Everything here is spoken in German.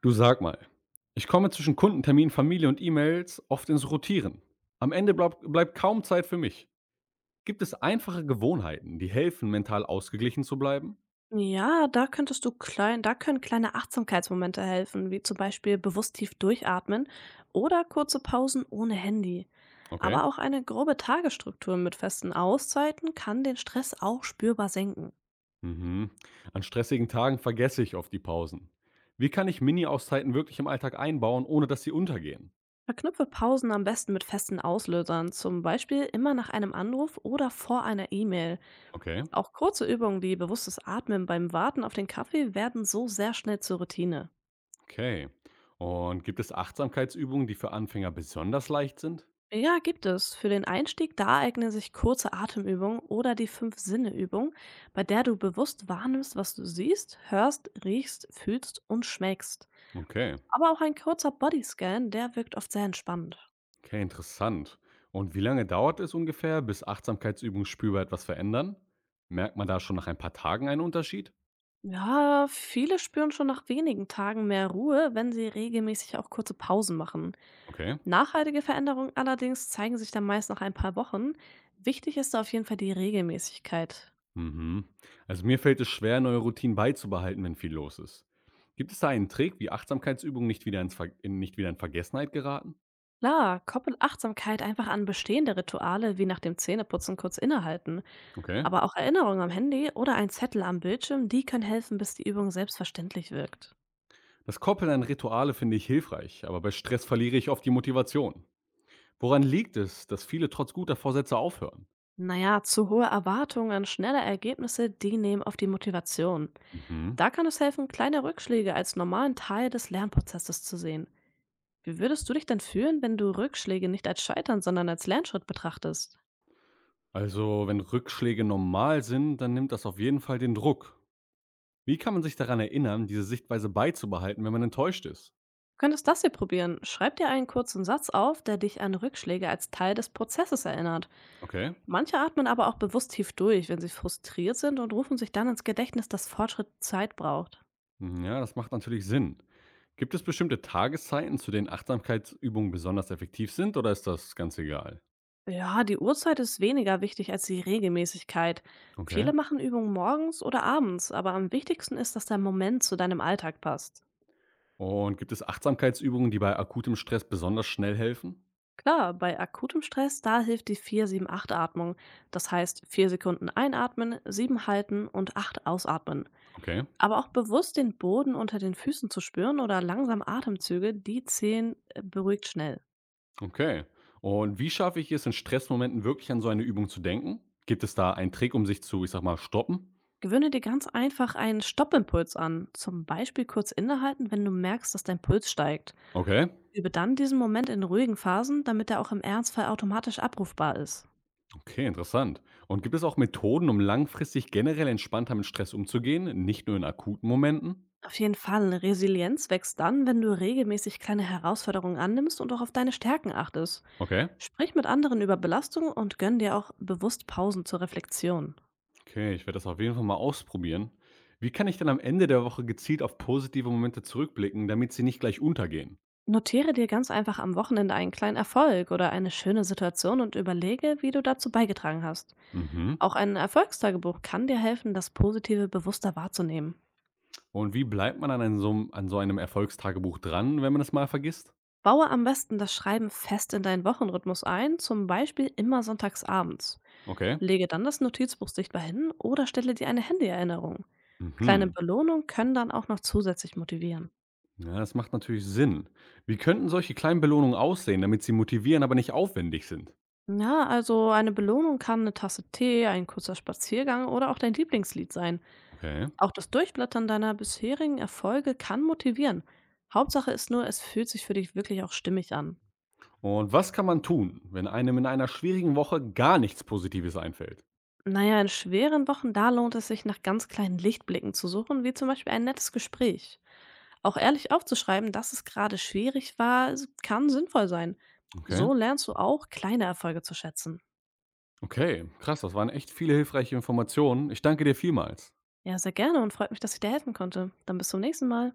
Du sag mal, ich komme zwischen Kundentermin, Familie und E-Mails oft ins Rotieren. Am Ende bleibt kaum Zeit für mich. Gibt es einfache Gewohnheiten, die helfen, mental ausgeglichen zu bleiben? Ja, da können kleine Achtsamkeitsmomente helfen, wie zum Beispiel bewusst tief durchatmen oder kurze Pausen ohne Handy. Okay. Aber auch eine grobe Tagesstruktur mit festen Auszeiten kann den Stress auch spürbar senken. Mhm. An stressigen Tagen vergesse ich oft die Pausen. Wie kann ich Mini-Auszeiten wirklich im Alltag einbauen, ohne dass sie untergehen? Verknüpfe Pausen am besten mit festen Auslösern, zum Beispiel immer nach einem Anruf oder vor einer E-Mail. Okay. Auch kurze Übungen wie bewusstes Atmen beim Warten auf den Kaffee werden so sehr schnell zur Routine. Okay. Und gibt es Achtsamkeitsübungen, die für Anfänger besonders leicht sind? Ja, gibt es. Für den Einstieg, da eignen sich kurze Atemübungen oder die Fünf-Sinne-Übung, bei der du bewusst wahrnimmst, was du siehst, hörst, riechst, fühlst und schmeckst. Okay. Aber auch ein kurzer Bodyscan, der wirkt oft sehr entspannend. Okay, interessant. Und wie lange dauert es ungefähr, bis Achtsamkeitsübungen spürbar etwas verändern? Merkt man da schon nach ein paar Tagen einen Unterschied? Ja, viele spüren schon nach wenigen Tagen mehr Ruhe, wenn sie regelmäßig auch kurze Pausen machen. Okay. Nachhaltige Veränderungen allerdings zeigen sich dann meist nach ein paar Wochen. Wichtig ist da auf jeden Fall die Regelmäßigkeit. Mhm. Also mir fällt es schwer, neue Routinen beizubehalten, wenn viel los ist. Gibt es da einen Trick, wie Achtsamkeitsübungen nicht wieder, ins Ver in, nicht wieder in Vergessenheit geraten? Klar, koppel Achtsamkeit einfach an bestehende Rituale wie nach dem Zähneputzen kurz innehalten. Okay. Aber auch Erinnerungen am Handy oder ein Zettel am Bildschirm, die können helfen, bis die Übung selbstverständlich wirkt. Das Koppeln an Rituale finde ich hilfreich, aber bei Stress verliere ich oft die Motivation. Woran liegt es, dass viele trotz guter Vorsätze aufhören? Naja, zu hohe Erwartungen an schnelle Ergebnisse, die nehmen auf die Motivation. Mhm. Da kann es helfen, kleine Rückschläge als normalen Teil des Lernprozesses zu sehen. Wie würdest du dich denn fühlen, wenn du Rückschläge nicht als Scheitern, sondern als Lernschritt betrachtest? Also, wenn Rückschläge normal sind, dann nimmt das auf jeden Fall den Druck. Wie kann man sich daran erinnern, diese Sichtweise beizubehalten, wenn man enttäuscht ist? Du könntest das hier probieren. Schreib dir einen kurzen Satz auf, der dich an Rückschläge als Teil des Prozesses erinnert. Okay, Manche atmen aber auch bewusst tief durch, wenn sie frustriert sind und rufen sich dann ins Gedächtnis, dass Fortschritt Zeit braucht. mhm, ja, das macht natürlich Sinn. Gibt es bestimmte Tageszeiten, zu denen Achtsamkeitsübungen besonders effektiv sind, oder ist das ganz egal? Ja, die Uhrzeit ist weniger wichtig als die Regelmäßigkeit. Okay. Viele machen Übungen morgens oder abends, aber am wichtigsten ist, dass der Moment zu deinem Alltag passt. Und gibt es Achtsamkeitsübungen, die bei akutem Stress besonders schnell helfen? Klar, bei akutem Stress, da hilft die 4-7-8 Atmung. Das heißt, 4 Sekunden einatmen, 7 halten und 8 ausatmen. Okay, Aber auch bewusst den Boden unter den Füßen zu spüren oder langsam Atemzüge, die zählen beruhigt schnell. okay. Und wie schaffe ich es in Stressmomenten wirklich an so eine Übung zu denken? Gibt es da einen Trick, um sich zu, ich sag mal, stoppen? Gewöhne dir ganz einfach einen Stoppimpuls an, zum Beispiel kurz innehalten, wenn du merkst, dass dein Puls steigt. Okay. Übe dann diesen Moment in ruhigen Phasen, damit er auch im Ernstfall automatisch abrufbar ist. Okay, interessant. Und gibt es auch Methoden, um langfristig generell entspannter mit Stress umzugehen, nicht nur in akuten Momenten? Auf jeden Fall, Resilienz wächst dann, wenn du regelmäßig kleine Herausforderungen annimmst und auch auf deine Stärken achtest. Okay. Sprich mit anderen über Belastungen und gönn dir auch bewusst Pausen zur Reflexion. Okay, ich werde das auf jeden Fall mal ausprobieren. Wie kann ich dann am Ende der Woche gezielt auf positive Momente zurückblicken, damit sie nicht gleich untergehen? Notiere dir ganz einfach am Wochenende einen kleinen Erfolg oder eine schöne Situation und überlege, wie du dazu beigetragen hast. Mhm. Auch ein Erfolgstagebuch kann dir helfen, das Positive bewusster wahrzunehmen. Und wie bleibt man an, an so einem Erfolgstagebuch dran, wenn man es mal vergisst? Baue am besten das Schreiben fest in deinen Wochenrhythmus ein, zum Beispiel immer sonntags abends. Okay. Lege dann das Notizbuch sichtbar hin oder stelle dir eine Handyerinnerung. Kleine Mhm. Belohnungen können dann auch noch zusätzlich motivieren. Ja, das macht natürlich Sinn. Wie könnten solche kleinen Belohnungen aussehen, damit sie motivieren, aber nicht aufwendig sind? Ja, also eine Belohnung kann eine Tasse Tee, ein kurzer Spaziergang oder auch dein Lieblingslied sein. Okay. Auch das Durchblättern deiner bisherigen Erfolge kann motivieren. Hauptsache ist nur, es fühlt sich für dich wirklich auch stimmig an. Und was kann man tun, wenn einem in einer schwierigen Woche gar nichts Positives einfällt? Na ja, in schweren Wochen, da lohnt es sich, nach ganz kleinen Lichtblicken zu suchen, wie zum Beispiel ein nettes Gespräch. Auch ehrlich aufzuschreiben, dass es gerade schwierig war, es kann sinnvoll sein. Okay, So lernst du auch kleine Erfolge zu schätzen. okay, krass, das waren echt viele hilfreiche Informationen. Ich danke dir vielmals. Ja, sehr gerne und freut mich, dass ich dir helfen konnte. Dann bis zum nächsten Mal.